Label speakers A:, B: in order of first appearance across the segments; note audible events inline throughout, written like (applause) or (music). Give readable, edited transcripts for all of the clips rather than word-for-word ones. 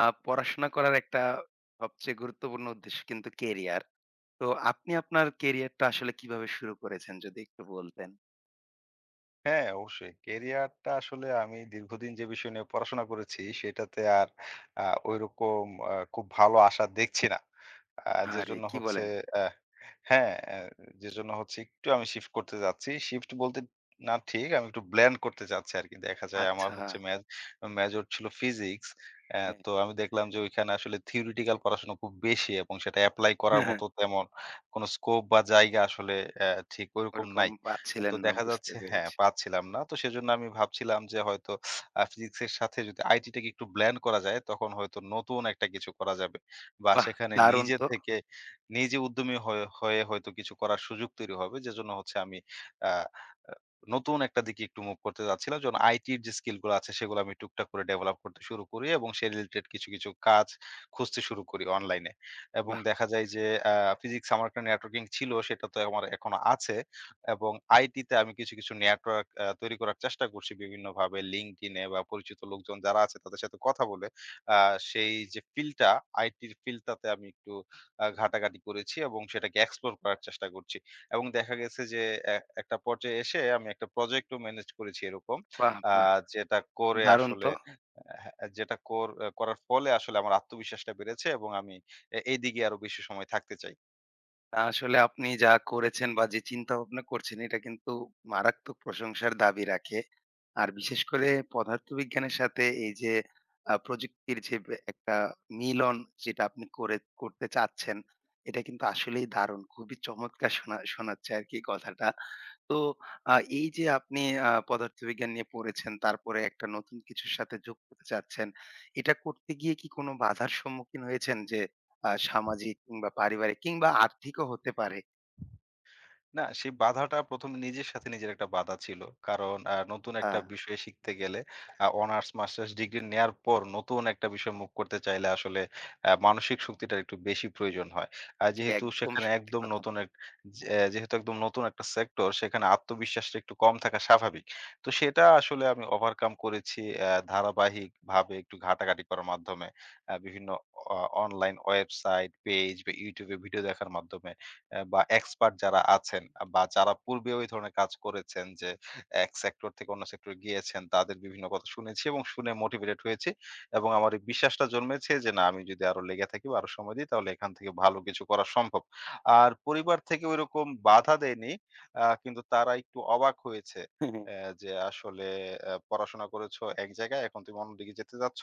A: আ পড়াশোনা করার একটা সবচেয়ে গুরুত্বপূর্ণ উদ্দেশ্য কিন্তু কেরিয়ার। তো আপনি আপনার কেরিয়ারটা আসলে কিভাবে শুরু করেছেন যদি একটু বলতেন?
B: হ্যাঁ, অবশ্যই। ক্যারিয়ারটা আসলে আমি দীর্ঘদিন যে বিষয় নিয়ে পড়াশোনা করেছি সেটাতে আর আ ঐরকম আ খুব ভালো আশা দেখছি না। যে
A: আরে
B: জন্য
A: কি
B: হচ্ছে
A: বলেন?
B: অ্যা হ্যাঁ, অ্যা যে জন্য হচ্ছে একটু আমি শিফট করতে চাচ্ছি। শিফট বলতে না ঠিক, আমি একটু ব্লেন্ড করতে চাচ্ছি আরকি। দেখা যায় আমার
A: আচ্ছা,
B: হচ্ছে মেজর ছিল ফিজিক্স।
A: হ্যাঁ।
B: তো আমি দেখলাম যে ওইখানে আসলে থিওরিটিক্যাল পড়াশোনা খুব বেশি এবং সেটা এপ্লাই
A: (laughs)
B: করার
A: হ্যাঁ।
B: মতো তেমন কোন স্কোপ বা জায়গা আসলে অ্যা ঠিক ওইরকম
A: ওরকম
B: নাই। তো
A: পাচ্ছিলেন না
B: দেখা
A: বুঝতে
B: যাচ্ছে হ্যাঁ,
A: পেরেছি।
B: পাচ্ছিলাম না। তো সেজন্য আমি ভাবছিলাম যে হয়তো ফিজিক্স এর সাথে যদি আইটি টাকে একটু ব্লেন্ড করা যায় তখন হয়তো নতুন একটা কিছু করা যাবে। বা
A: বাহ!
B: সেখানে
A: দারুণ
B: নিজে
A: তো।
B: থেকে নিজে উদ্যমী হয়ে হয়ে হয়তো কিছু করার সুযোগ তৈরি হবে। যেজন্য হচ্ছে আমি আ আ নতুন একটা দিকে একটু মুভ করতে যাচ্ছিলাম। যেমন আইটির যে স্কিল গুলো আছে সেগুলো আমি টুকটাক করে ডেভেলপ করতে শুরু করি এবং সে রিলেটেড কিছু, কিছু কাজ খুঁজতে শুরু করি অনলাইনে। এবং
A: বাহ!
B: দেখা যায় যে আ ফিজিক্স আমার একটা নেটওয়ার্কিং ছিল সেটা তো আমার এখনো আছে। এবং আইটিতে আমি কিছু, কিছু নেটওয়ার্ক তৈরি করার চেষ্টা করছি বিভিন্নভাবে LinkedIn এ বা পরিচিত লোকজন যারা আছে তাদের সাথে কথা বলে আ সেই যে ফিল্ডটা, আইটির ফিল্ডটাতে আমি একটু ঘাটাঘাটি করেছি এবং সেটাকে এক্সপ্লোর করার চেষ্টা করছি। এবং দেখা গেছে যে এ একটা পর্যায়ে এসে আমি একটা প্রজেক্টও ম্যানেজ করেছি এরকম।
A: বাহ!
B: আ
A: বাহ!
B: যেটা করে
A: দারুণ
B: আসলে
A: তো।
B: হ্যাঁ, যেটা কর করার ফলে আসলে আমার আত্মবিশ্বাসটা বেড়েছে এবং আমি এইদিকে আরো বেশি সময় থাকতে চাই।
A: না, আসলে আপনি যা করেছেন বা যে চিন্তাভাবনা করছেন এটা কিন্তু মারাত্মক প্রশংসার দাবি রাখে। আর বিশেষ করে পদার্থবিজ্ঞানের সাথে এই যে প্রযুক্তির যে একটা মিলন যেটা আপনি করতে চাচ্ছেন, এটা কিন্তু আসলেই দারুণ। খুবই চমৎকার শোনাচ্ছে আরকি কথাটা। তো এই যে আপনি পদার্থবিজ্ঞান নিয়ে পড়েছেন, তারপরে একটা নতুন কিছুর সাথে যোগ করতে চাচ্ছেন। এটা করতে গিয়ে কি কোনো বাধার সম্মুখীন হয়েছেন? যে সামাজিক কিংবা পারিবারিক কিংবা আর্থিকও হতে পারে।
B: না, সেই বাধাটা ১ম নিজের সাথে নিজের একটা বাধা ছিল। কারণ নতুন
A: আ
B: একটা বিষয় শিখতে গেলে অনার্স, মাস্টার্স ডিগ্রি নেয়ার পর নতুন একটা বিষয় মুভ করতে চাইলে আসলে মানসিক শক্তিটার একটু বেশি প্রয়োজন হয়। আর
A: জি,
B: যেহেতু
A: একদম
B: সেখানে
A: সত্যি
B: একদম
A: কথা।
B: নতুন এক যে যেহেতু একদম নতুন একটা সেক্টর সেখানে আত্মবিশ্বাসটা একটু কম থাকা স্বাভাবিক। তো সেটা আসলে আমি ওভারকাম করেছি ধারাবাহিকভাবে একটু ঘাটাঘাটি করার মাধ্যমে। বিভিন্ন অ অনলাইন ওয়েবসাইট, পেজ বা YouTube এ ভিডিও দেখার মাধ্যমে। বা এক্সপার্ট যারা আছেন বা যারা পূর্বে ওই ধরনের কাজ করেছেন যে এক সেক্টর থেকে অন্য সেক্টরে গিয়েছেন তাদের বিভিন্ন কথা শুনেছি এবং শুনে মোটিভেটেড হয়েছি এবং আমার এই বিশ্বাসটা জন্মেছে যে না আমি যদি আরো লেগে থাকি বা আরো সময় দিই তাহলে এখান থেকে ভালো কিছু করা সম্ভব। আর পরিবার থেকে ওইরকম বাধা দেয়নি। কিন্তু তারা একটু অবাক হয়েছে।
A: (laughs)
B: যে আসলে পড়াশোনা করেছো এক জায়গায় এখন তুমি অন্যদিকে যেতে চাচ্ছ।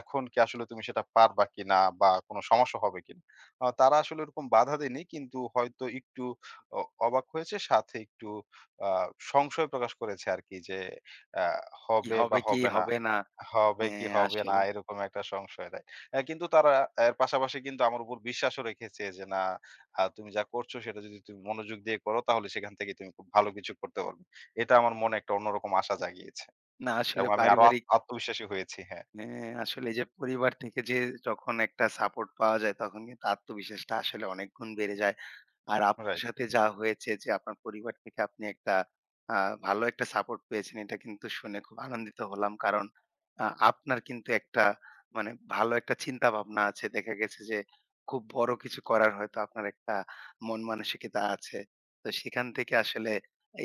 B: এখন কি আসলে তুমি সেটা পারবা কিনা বা কোন সমস্যা হবে কিনা? তারা আসলে ওরকম বাধা দেয়নি। কিন্তু হয়তো একটু অ অবাক হয়েছে সাথে একটু আ সংশয় প্রকাশ করেছে আরকি যে আ
A: কি
B: হবে বা
A: হবে, কি
B: হবে না।
A: হবে না?
B: হবে কি
A: হ্যাঁ,
B: হবে
A: আসলে।
B: না এরকম একটা সংশয়, রাইট। কিন্তু তারা এর পাশাপাশি কিন্তু আমার উপর বিশ্বাসও রেখেছে যে না তুমি যা করছো সেটা যদি তুমি মনোযোগ দিয়ে করো তাহলে সেখান থেকে তুমি খুব ভালো কিছু করতে পারবে। এটা আমার মনে একটা অন্যরকম আশা জাগিয়েছে।
A: না, আসলে
B: এবং আমি আরো
A: পারিবারিক।
B: আত্মবিশ্বাসী হয়েছি। হ্যাঁ,
A: হ্যাঁ, আসলে এই যে পরিবার থেকে যে যখন একটা সাপোর্ট পাওয়া যায় তখন কিন্তু আত্মবিশ্বাসটা আসলে অনেক গুণ বেড়ে যায়। আর আপনার
B: রাইট।
A: সাথে যা হয়েছে যে আপনার পরিবার থেকে আপনি একটা আ ভালো একটা সাপোর্ট পেয়েছেন এটা কিন্তু শুনে খুব আনন্দিত হলাম। কারণ আপনার কিন্তু একটা, মানে, ভালো একটা চিন্তা ভাবনা আছে। দেখা গেছে যে খুব বড় কিছু করার হয়তো আপনার একটা মন মানসিকতা আছে। তো সেখান থেকে আসলে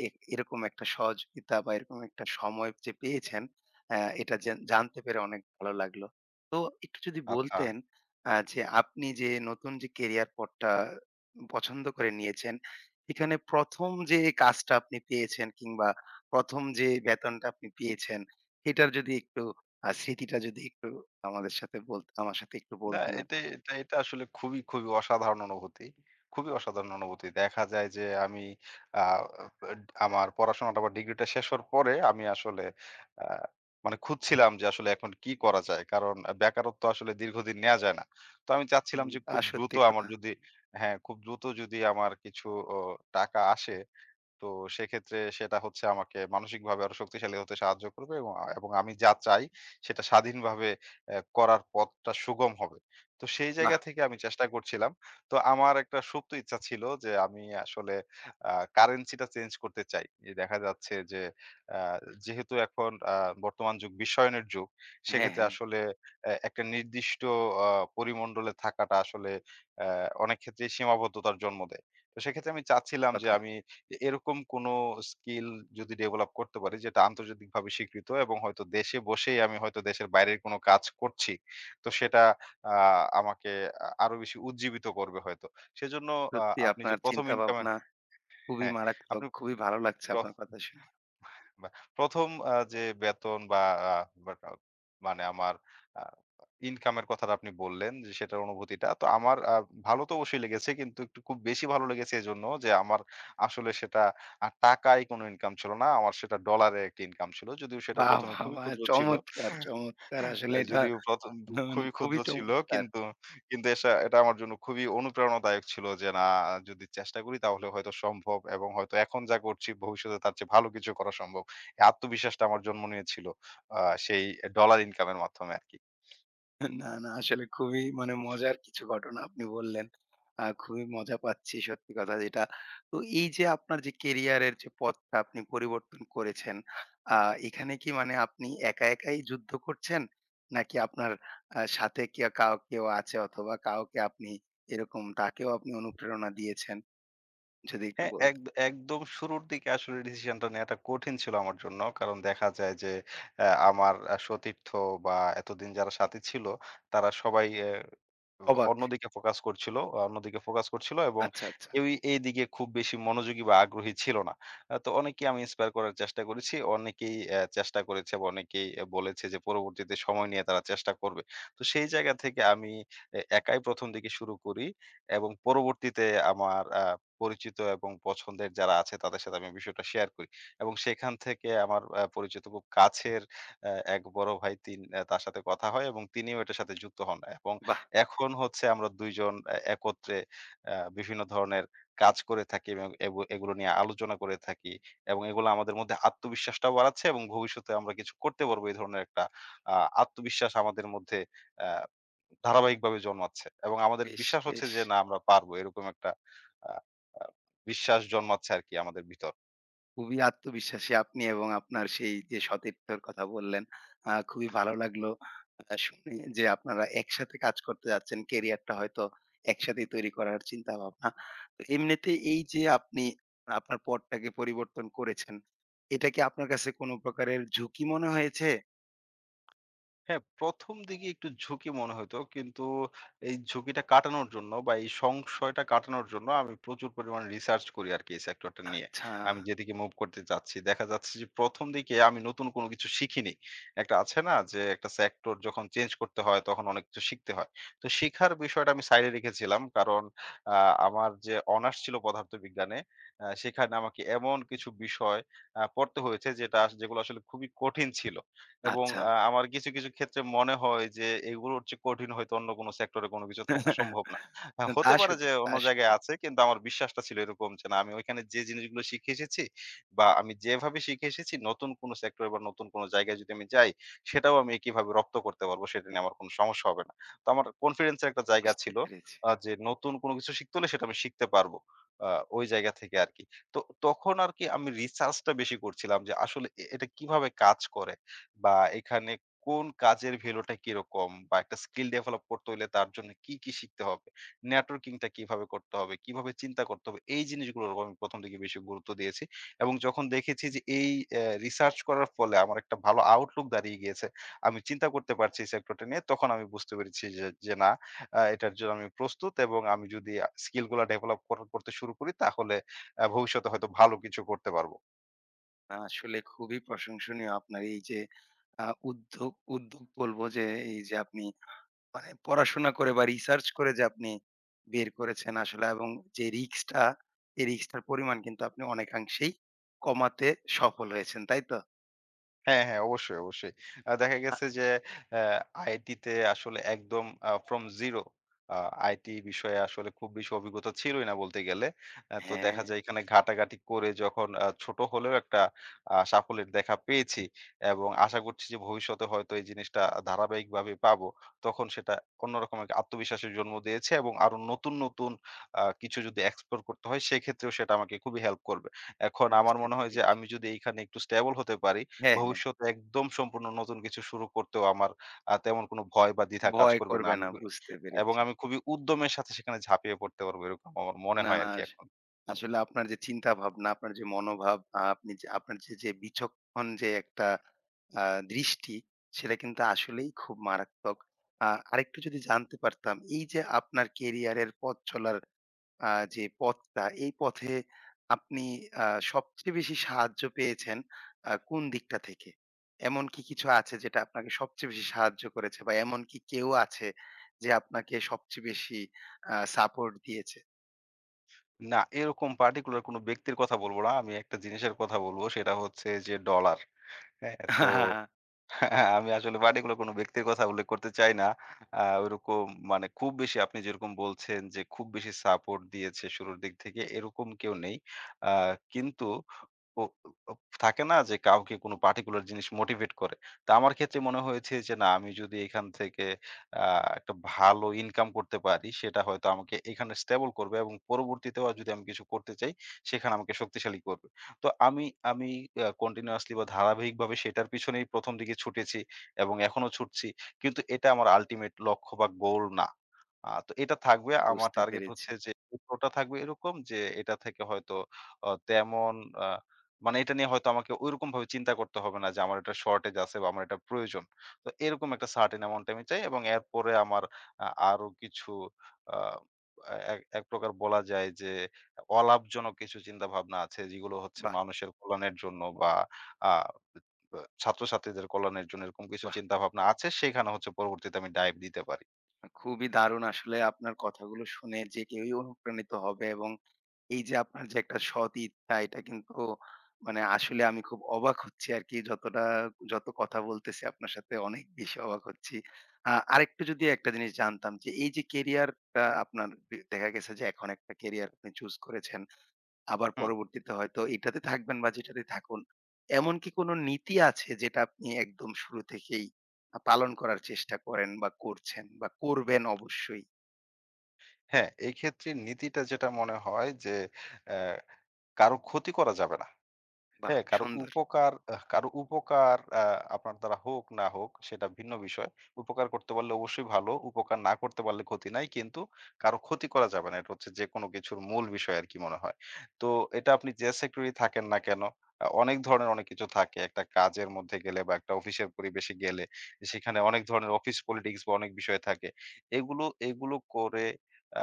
A: এ এরকম একটা সহযোগিতা বা এরকম একটা সময় যে পেয়েছেন, হ্যাঁ, এটা জানতে পেরে অনেক ভালো লাগলো। তো একটু যদি
B: আচ্ছা।
A: বলতেন যে আপনি যে নতুন যে কেরিয়ার পথটা পছন্দ করে নিয়েছেন, এখানে ১ম যে কাজটা আপনি পেয়েছেন কিংবা ১ম যে বেতনটা আপনি পেয়েছেন, এটার যদি একটু স্মৃতিটা যদি একটু আমাদের সাথে বল আমার সাথে একটু
B: না,
A: বলতেন
B: এটা
A: আরকি।
B: এটা এটা আসলে খুবই, খুবই অসাধারণ অনুভূতি। খুবই অসাধারণ অনুভূতি। দেখা যায় যে আমি আ আমার পড়াশোনাটা বা ডিগ্রিটা শেষ হওয়ার পরে আমি আসলে আ মানে খুঁজছিলাম যে আসলে এখন কি করা যায়। কারণ বেকারত্ব আসলে দীর্ঘদিন নেয়া যায় না। তো আমি চাচ্ছিলাম
A: হুম।
B: যে খুব দ্রুত
A: সত্যি
B: আমার
A: কথা।
B: যদি হ্যাঁ, খুব দ্রুত যদি আমার কিছু ও টাকা আসে তো সেক্ষেত্রে সেটা হচ্ছে আমাকে মানসিকভাবে আরো শক্তিশালী হতে সাহায্য করবে এবং এবং আমি যা চাই সেটা স্বাধীনভাবে করার পথটা সুগম হবে। তো সেই
A: বাহ!
B: জায়গা থেকে আমি চেষ্টা করছিলাম। তো আমার একটা সুপ্ত ইচ্ছা ছিল যে আমি আসলে কারেন্সি টা চেঞ্জ করতে চাই। যে দেখা যাচ্ছে যে আ যেহেতু এখন বর্তমান যুগ বিশ্বায়নের যুগ,
A: হ্যাঁ,
B: সেক্ষেত্রে
A: হ্যাঁ,
B: আসলে একটা নির্দিষ্ট আ পরিমণ্ডলে থাকাটা আসলে অ্যা অনেক ক্ষেত্রেই সীমাবদ্ধতার জন্ম দেয়। তো সেক্ষেত্রে আমি চাচ্ছিলাম যে
A: কথা।
B: আমি এরকম কোনো স্কিল যদি ডেভেলপ করতে পারি যেটা আন্তর্জাতিকভাবে স্বীকৃত এবং হয়তো দেশে বসেই আমি হয়তো দেশের বাইরের কোনো কাজ করছি তো সেটা আমাকে আরো বেশি উজ্জীবিত করবে হয়তো, সেজন্য
A: সত্যি
B: আপনি যে
A: আপনার
B: প্রথম
A: চিন্তা
B: ইনকামের
A: ভাবনা খুবই
B: হ্যাঁ
A: মারাত্মক।
B: আপনি
A: খুবই ভালো লাগছে আপনার কথা শুনে।
B: বাহ! ১ম যে বেতন বা আ বাট আ মানে আমার আ ইনকামের কথাটা আপনি বললেন যে সেটার অনুভূতিটা। তো আমার ভালো তো অবশ্যই লেগেছে কিন্তু একটু খুব বেশি ভালো লেগেছে এজন্য যে আমার আসলে সেটা টাকায় কোনো ইনকাম ছিল না। আমার সেটা ডলারে একটা ইনকাম ছিল। যদিও সেটা
A: বাহ!
B: ১ম এ
A: বাহ!
B: খুবই
A: বাহ!
B: ক্ষুদ্র ছিল।
A: চমৎকার, চমৎকার। আসলে এটা
B: যদিও ১ম
A: মানে
B: খুবই ক্ষুদ্র
A: খুবই
B: ছিল
A: চমৎকার।
B: কিন্তু, কিন্তু এটা আমার জন্য খুবই অনুপ্রেরণাদায়ক ছিল যে না যদি চেষ্টা করি তাহলে হয়তো সম্ভব এবং হয়তো এখন যা করছি ভবিষ্যতে তার চেয়ে ভালো কিছু করা সম্ভব। এই আত্মবিশ্বাসটা আমার জন্ম নিয়েছিল আ সেই ডলার ইনকাম এর মাধ্যমে আরকি।
A: না, না, আসলে খুবই, মানে, মজার কিছু ঘটনা আপনি বললেন। খুবই মজা পাচ্ছি সত্যি কথা যেটা। তো এই যে আপনার যে কেরিয়ারের যে পথটা আপনি পরিবর্তন করেছেন, আ এখানে কি, মানে, আপনি একা, একাই যুদ্ধ করছেন? নাকি আপনার সাথে কে কাউ কেউ আছে অথবা কাউকে আপনি এরকম তাকেও আপনি অনুপ্রেরণা দিয়েছেন? যদি একটু
B: হ্যাঁ,
A: বলতেন।
B: একদম শুরুর দিকে আসলে ডিসিশনটা নেয়াটা কঠিন ছিল আমার জন্য। কারণ দেখা যায় যে আমার সতীর্থ বা এতদিন যারা সাথী ছিল তারা সবাই অ্যা অ
A: অবাক।
B: অন্যদিকে ফোকাস করছিল এবং
A: আচ্ছা, আচ্ছা।
B: কেউই এইদিকে খুব বেশি মনোযোগী বা আগ্রহী ছিল না। তো অনেকেই আমি ইন্সপায়ার করার চেষ্টা করেছি। অনেকেই চেষ্টা করেছে বা অনেকেই বলেছে যে পরবর্তীতে সময় নিয়ে তারা চেষ্টা করবে। তো সেই জায়গা থেকে আমি একাই ১ম দিকে শুরু করি এবং পরবর্তীতে আমার পরিচিত এবং পছন্দের যারা আছে তাদের সাথে আমি বিষয়টা শেয়ার করি। এবং সেখান থেকে আমার পরিচিত খুব কাছের এক বড় ভাই তিন অ্যা তার সাথে কথা হয় এবং তিনিও এটার সাথে যুক্ত হন। এবং
A: বাহ!
B: এখন হচ্ছে আমরা ২ জন একত্রে বিভিন্ন ধরনের কাজ করে থাকি এবং এগুলো নিয়ে আলোচনা করে থাকি। এবং এগুলো আমাদের মধ্যে আত্মবিশ্বাসটাও বাড়াচ্ছে এবং ভবিষ্যতে আমরা কিছু করতে পারবো এই ধরনের একটা আ আত্মবিশ্বাস আমাদের মধ্যে অ্যা ধারাবাহিকভাবে জন্মাচ্ছে এবং আমাদের
A: বেশ,
B: বিশ্বাস হচ্ছে
A: বেশ।
B: যে না আমরা পারবো এরকম একটা আ আ বিশ্বাস জন্মাচ্ছে আরকি আমাদের ভিতর।
A: খুবই আত্মবিশ্বাসী আপনি এবং আপনার সেই যে সতীর্থর কথা বললেন, খুবই ভালো লাগলো শুনে যে আপনারা একসাথে কাজ করতে যাচ্ছেন। ক্যারিয়ারটা হয়তো একসাথেই তৈরি করার চিন্তাভাবনা। তো এমনিতে এই যে আপনি আপনার পথটাকে পরিবর্তন করেছেন, এটা কি আপনার কাছে কোন প্রকারের ঝুঁকি মনে হয়েছে?
B: হ্যাঁ, ১ম দিকে একটু ঝুঁকি মনে হইতো। কিন্তু এই ঝুঁকিটা কাটানোর জন্য বা এই সংশয়টা কাটানোর জন্য আমি প্রচুর পরিমাণে রিসার্চ করি আরকি এই সেক্টরটা নিয়ে।
A: আচ্ছা,
B: আমি যেদিকে মুভ করতে চাচ্ছি। দেখা যাচ্ছে যে ১ম দিকে আমি নতুন কোনো কিছু শিখিনি। একটা আছে না যে একটা সেক্টর যখন চেঞ্জ করতে হয় তখন অনেক কিছু শিখতে হয়। তো শিখার বিষয়টা আমি সাইডে রেখেছিলাম। কারণ আ আমার যে অনার্স ছিল পদার্থবিজ্ঞানে, সেখানে আমাকে এমন কিছু বিষয় পড়তে হয়েছে যেটা আস যেগুলো আসলে খুবই কঠিন ছিল। এবং
A: আচ্ছা।
B: আমার কিছু, কিছু ক্ষেত্রে মনে হয় যে এগুলোর চেয়ে কঠিন হয়তো অন্য কোনো সেক্টরে কোনো কিছু থাকা সম্ভব না।
A: (laughs) তা
B: হতে পারে যে
A: সঠিক, তা
B: অন্য জায়গায়
A: সঠিক।
B: আছে কিন্তু আমার বিশ্বাসটা ছিল এরকম যে না আমি ওইখানে যে জিনিসগুলো শিখে এসেছি বা আমি যেভাবে শিখে এসেছি নতুন কোনো সেক্টরে বা নতুন কোনো জায়গায় যদি আমি যাই সেটাও আমি একইভাবে রপ্ত করতে পারবো। সেটা নিয়ে আমার কোনো সমস্যা হবে না। তো আমার কনফিডেন্স এর একটা জায়গা
A: বুঝতে
B: ছিল
A: পেরেছি।
B: যে নতুন কোনো কিছু শিখতে হলে সেটা আমি শিখতে পারবো। আ ওই জায়গা থেকে আরকি। তো তখন আরকি আমি রিসার্চটা বেশি করছিলাম যে আসলে এটা কিভাবে কাজ করে? বা এখানে কোন কাজের ভ্যালুটা কিরকম? বা একটা স্কিল ডেভেলপ করতে হইলে তার জন্য কি, কি শিখতে হবে? নেটওয়ার্কিংটা কিভাবে করতে হবে? কিভাবে চিন্তা করতে হবে? এই জিনিসগুলোর উপর আমি ১ম দিকে বেশি গুরুত্ব দিয়েছি। এবং যখন দেখেছি যে এই রিসার্চ করার ফলে আমার একটা ভালো আউটলুক দাঁড়িয়ে গিয়েছে। আমি চিন্তা করতে পারছি এই সেক্টরটা নিয়ে। তখন আমি বুঝতে পেরেছি যে, না এটার জন্য আমি প্রস্তুত এবং আমি যদি স্কিলগুলা ডেভেলপ কর করতে শুরু করি তাহলে ভবিষ্যতে হয়তো ভালো কিছু করতে পারব।
A: না, আসলে খুবই প্রশংসনীয় আপনার এই যে উদ্যোগ বলবো যে, এই যে আপনি, মানে, পড়াশোনা করে বা রিসার্চ করে যে আপনি বের করেছেন আসলে এবং যে রিস্কটা, এই রিস্কটার পরিমাণ কিন্তু আপনি অনেকাংশেই কমাতে সফল হয়েছেন, তাই তো?
B: হ্যাঁ, হ্যাঁ, অবশ্যই, অবশ্যই। দেখা
A: আ
B: গেছে যে অ্যা আইটিতে আসলে একদম from zero আ আইটি বিষয়ে আসলে খুব বেশি অভিজ্ঞতা ছিলই না বলতে গেলে। তো
A: হ্যাঁ,
B: দেখা যায় এখানে ঘাটাঘাটি করে যখন ছোট হলেও একটা সাফল্যের দেখা পেয়েছি এবং আশা করছি যে ভবিষ্যতে হয়তো এই জিনিসটা ধারাবাহিকভাবে পাবো। তখন সেটা অন্যরকম এক আত্মবিশ্বাসের জন্ম দিয়েছে এবং আরো নতুন, নতুন কিছু যদি explore করতে হয় সেক্ষেত্রেও সেটা আমাকে খুবই হেল্প করবে। এখন আমার
A: বুঝতে
B: মনে হয় যে
A: পেরেছি।
B: আমি যদি এইখানে একটু স্টেবল হতে পারি
A: হ্যাঁ, হ্যাঁ,
B: ভবিষ্যতে একদম সম্পূর্ণ নতুন কিছু শুরু করতেও আমার তেমন কোনো ভয় বা দ্বিধা কাজ
A: ভয়
B: করবে না।
A: করবে না, বুঝতে
B: এবং
A: পেরেছি।
B: আমি খুবই উদ্যমের সাথে সেখানে ঝাঁপিয়ে পড়তে পারবো এরকম আমার মনে
A: না,
B: হয়
A: না,
B: আরকি এখন।
A: আসলে আপনার যে চিন্তা ভাবনা, আপনার যে মনোভাব, আপনি যে আপনার যে বিচক্ষণ যে একটা আ দৃষ্টি, সেটা কিন্তু আসলেই খুব মারাত্মক। আ আরেকটু যদি জানতে পারতাম, এই যে আপনার কেরিয়ারের পথ চলার যে পথটা, এই পথে আপনি আ সবচেয়ে বেশি সাহায্য পেয়েছেন কোন দিকটা থেকে? এমন কি কিছু আছে যেটা আপনাকে সবচেয়ে বেশি সাহায্য করেছে বা এমন কি কেউ আছে যে আপনাকে সবচেয়ে বেশি সাপোর্ট দিয়েছে?
B: না, এরকম পার্টিকুলার কোনো ব্যক্তির কথা বলব না। আমি একটা জিনিসের কথা বলব, সেটা হচ্ছে যে ডলার। হ্যাঁ? তো
A: (laughs)
B: (laughs) আমি আসলে পার্টিকুলার কোনো ব্যক্তির কথা উল্লেখ করতে চাই না। ওইরকম মানে খুব বেশি আপনি যেরকম বলছেন যে খুব বেশি সাপোর্ট দিয়েছে শুরুর দিক থেকে এরকম কেউ নেই। আ কিন্তু ও ও থাকে না যে কাউকে কোনো পার্টিকুলার জিনিস মোটিভেট করে। তো আমার ক্ষেত্রে মনে হয়েছে যে না আমি যদি এখান থেকে আ একটা ভালো ইনকাম করতে পারি সেটা হয়তো আমাকে এখানে স্টেবল করবে এবং পরবর্তীতেও আর যদি আমি কিছু করতে চাই সেখানে আমাকে শক্তিশালী করবে। তো আমি আমি কন্টিনিউয়াসলি বা ধারাবাহিকভাবে সেটার পিছনেই ১ম দিকে ছুটেছি এবং এখনো ছুটছি। কিন্তু এটা আমার আল্টিমেট লক্ষ্য বা গোল না। তো এটা থাকবে। আমার
A: বুঝতে
B: টার্গেট
A: পেরেছি।
B: হচ্ছে যে ওটা থাকবে এরকম যে এটা থেকে হয়তো তেমন আ মানে এটা নিয়ে হয়তো আমাকে ঐরকমভাবে চিন্তা করতে হবে না যে আমার এটা শর্টেজ আছে বা আমার এটা প্রয়োজন। তো এরকম একটা সার্টেন অ্যামাউন্ট আমি চাই এবং এরপরে আমার আ আরো কিছু আ এক এক প্রকার বলা যায় যে অলাভজনক কিছু চিন্তাভাবনা আছে যেগুলো হচ্ছে
A: বাহ!
B: মানুষের কল্যাণের জন্য বা আ ছাত্রছাত্রীদের কল্যাণের জন্য এরকম কিছু
A: বাহ!
B: চিন্তাভাবনা আছে। সেখানে হচ্ছে পরবর্তীতে আমি ডাইভ দিতে পারি।
A: খুবই দারুণ আসলে আপনার কথাগুলো শুনে যে কেউই অনুপ্রাণিত হবে এবং এই যে আপনার যে একটা সৎ ইচ্ছা, এটা কিন্তু, মানে, আসলে আমি খুব অবাক হচ্ছি আরকি, যত কথা বলতেছি আপনার সাথে অনেক বেশি অবাক হচ্ছি। আরেকটু যদি একটা জিনিস জানতাম যে এই যে কেরিয়ারটা আপনার, দেখা গেছে যে এখন একটা কেরিয়ার আপনি চুজ করেছেন। আবার
B: হুম।
A: পরবর্তীতে হয়তো এটাতে থাকবেন বা যেটাতে থাকুন। এমন কি কোনো নীতি আছে যেটা আপনি একদম শুরু থেকেই পালন করার চেষ্টা করেন বা করছেন বা করবেন অবশ্যই?
B: হ্যাঁ, এক্ষেত্রে নীতিটা যেটা মনে হয় যে, অ্যা কারো ক্ষতি করা যাবে না।
A: বাহ!
B: হ্যাঁ,
A: সুন্দর।
B: কারো উপকার আপনার দ্বারা হোক না হোক সেটা ভিন্ন বিষয়। উপকার করতে পারলে অবশ্যই ভালো। উপকার না করতে পারলে ক্ষতি নাই। কিন্তু কারো ক্ষতি করা যাবে না। এটা হচ্ছে যেকোনো কিছুর মূল বিষয় আরকি মনে হয়। তো এটা আপনি যে সেক্টরেই থাকেন না কেন, অনেক ধরনের অনেক কিছু থাকে। একটা কাজের মধ্যে গেলে বা একটা অফিসের পরিবেশে গেলে সেখানে অনেক ধরনের অফিস পলিটিক্স বা অনেক বিষয় থাকে। এগুলো, এগুলো করে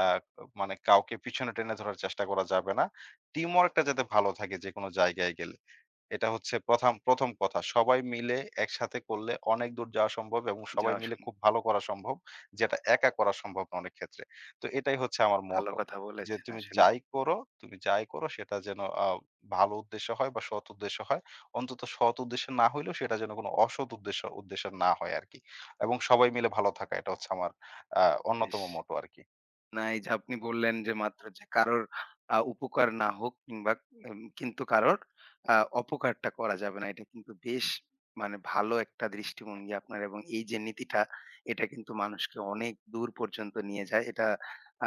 B: আ মানে কাউকে পিছনে টেনে ধরার চেষ্টা করা যাবে না। টিমওয়ার্কটা যাতে ভালো থাকে যেকোনো জায়গায় গেলে। এটা হচ্ছে ১ম কথা। সবাই মিলে একসাথে করলে অনেক দূর যাওয়া সম্ভব এবং সবাই
A: যাওয়া
B: মিলে
A: সম্ভব।
B: খুব ভালো করা সম্ভব। যেটা একা করা সম্ভব না অনেক ক্ষেত্রে। তো এটাই হচ্ছে আমার
A: ভালো
B: মোটো।
A: কথা
B: যে
A: বলেছেন
B: তুমি
A: আসলে।
B: যাই করো, তুমি যাই করো সেটা যেন ভালো উদ্দেশ্য হয় বা সৎ উদ্দেশ্য হয়। অন্তত সৎ উদ্দেশ্য না হইলেও সেটা যেন কোনো অসৎ উদ্দেশ্য উদ্দেশ্য না হয় আরকি। এবং সবাই মিলে ভালো থাকা এটা হচ্ছে আমার আ
A: বেশ।
B: অন্যতম মোটো আরকি।
A: না, এই যে আপনি বললেন যে মাত্র যে কারোর উপকার না হোক কিংবা কিন্তু কারোর আ অপকারটা করা যাবে না। এটা কিন্তু বেশ, মানে, ভালো একটা দৃষ্টিভঙ্গি আপনার এবং এই যে নীতিটা, এটা কিন্তু মানুষকে অনেক দূর পর্যন্ত নিয়ে যায়। এটা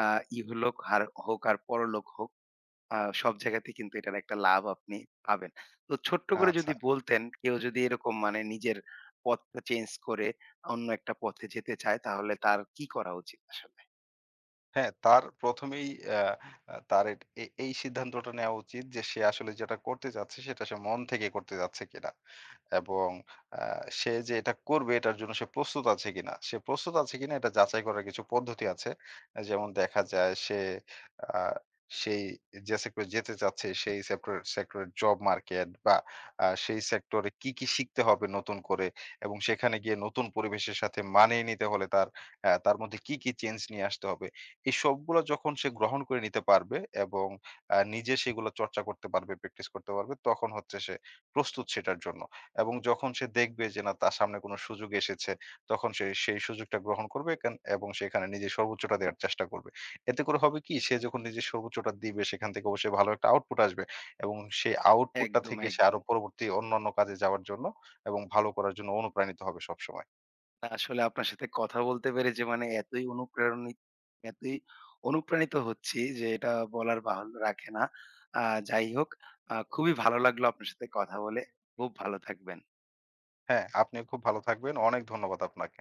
A: আ ইহলোক আর হোক আর পরলোক হোক, সব জায়গাতে কিন্তু এটার একটা লাভ আপনি পাবেন। তো ছোট্ট করে
B: আচ্ছা।
A: যদি বলতেন, কেউ যদি এরকম, মানে, নিজের পথটা চেঞ্জ করে অন্য একটা পথে যেতে চায় তাহলে তার কি করা উচিত আসলে?
B: হ্যাঁ, তার ১ম এই আ আ তার এট এ এই সিদ্ধান্তটা নেওয়া উচিত যে সে আসলে যেটা করতে চাচ্ছে সেটা সে মন থেকে করতে চাচ্ছে কিনা। এবং সে যে এটা করবে এটার জন্য সে প্রস্তুত আছে কিনা এটা যাচাই করার কিছু পদ্ধতি আছে যেমন দেখা যায় সে আহ, সেই যে সেক্টরে যেতে চাচ্ছে সেই সেক্টরের জব মার্কেট বা সেই সেক্টরে কি কি শিখতে হবে নতুন করে এবং সেখানে গিয়ে নতুন পরিবেশের সাথে মানিয়ে নিতে হলে তার তার মধ্যে কি কি চেঞ্জ নিয়ে আসতে হবে এই সবগুলো যখন সে গ্রহণ করে নিতে পারবে এবং নিজে সেগুলো চর্চা করতে পারবে প্র্যাকটিস করতে পারবে তখন হচ্ছে সে প্রস্তুত সেটার জন্য এবং যখন সে দেখবে যে না তার সামনে কোনো সুযোগ এসেছে, তখন সে সেই সুযোগটা গ্রহণ করবে কেন এবং সেখানে নিজের সর্বোচ্চটা দেওয়ার চেষ্টা করবে। এতে করে হবে কি সে যখন নিজের সর্বোচ্চটা দিবে সেখান থেকে অবশ্যই ভালো একটা আউটপুট আসবে এবং সেই আউটপুটটা
A: একদম,
B: থেকে
A: এক
B: সে আরো পরবর্তী অন্যান্য কাজে যাওয়ার জন্য এবং ভালো করার জন্য অনুপ্রাণিত হবে সবসময়।
A: না, আসলে আপনার সাথে কথা বলতে পেরে যে, মানে, এতই অনুপ্রাণিত হচ্ছি যে এটা বলার বাহুল্য রাখে না। আ যাই হোক, খুবই ভালো লাগলো আপনার সাথে কথা বলে। খুব ভালো থাকবেন।
B: হ্যাঁ, আপনিও খুব ভালো থাকবেন। অনেক ধন্যবাদ আপনাকে।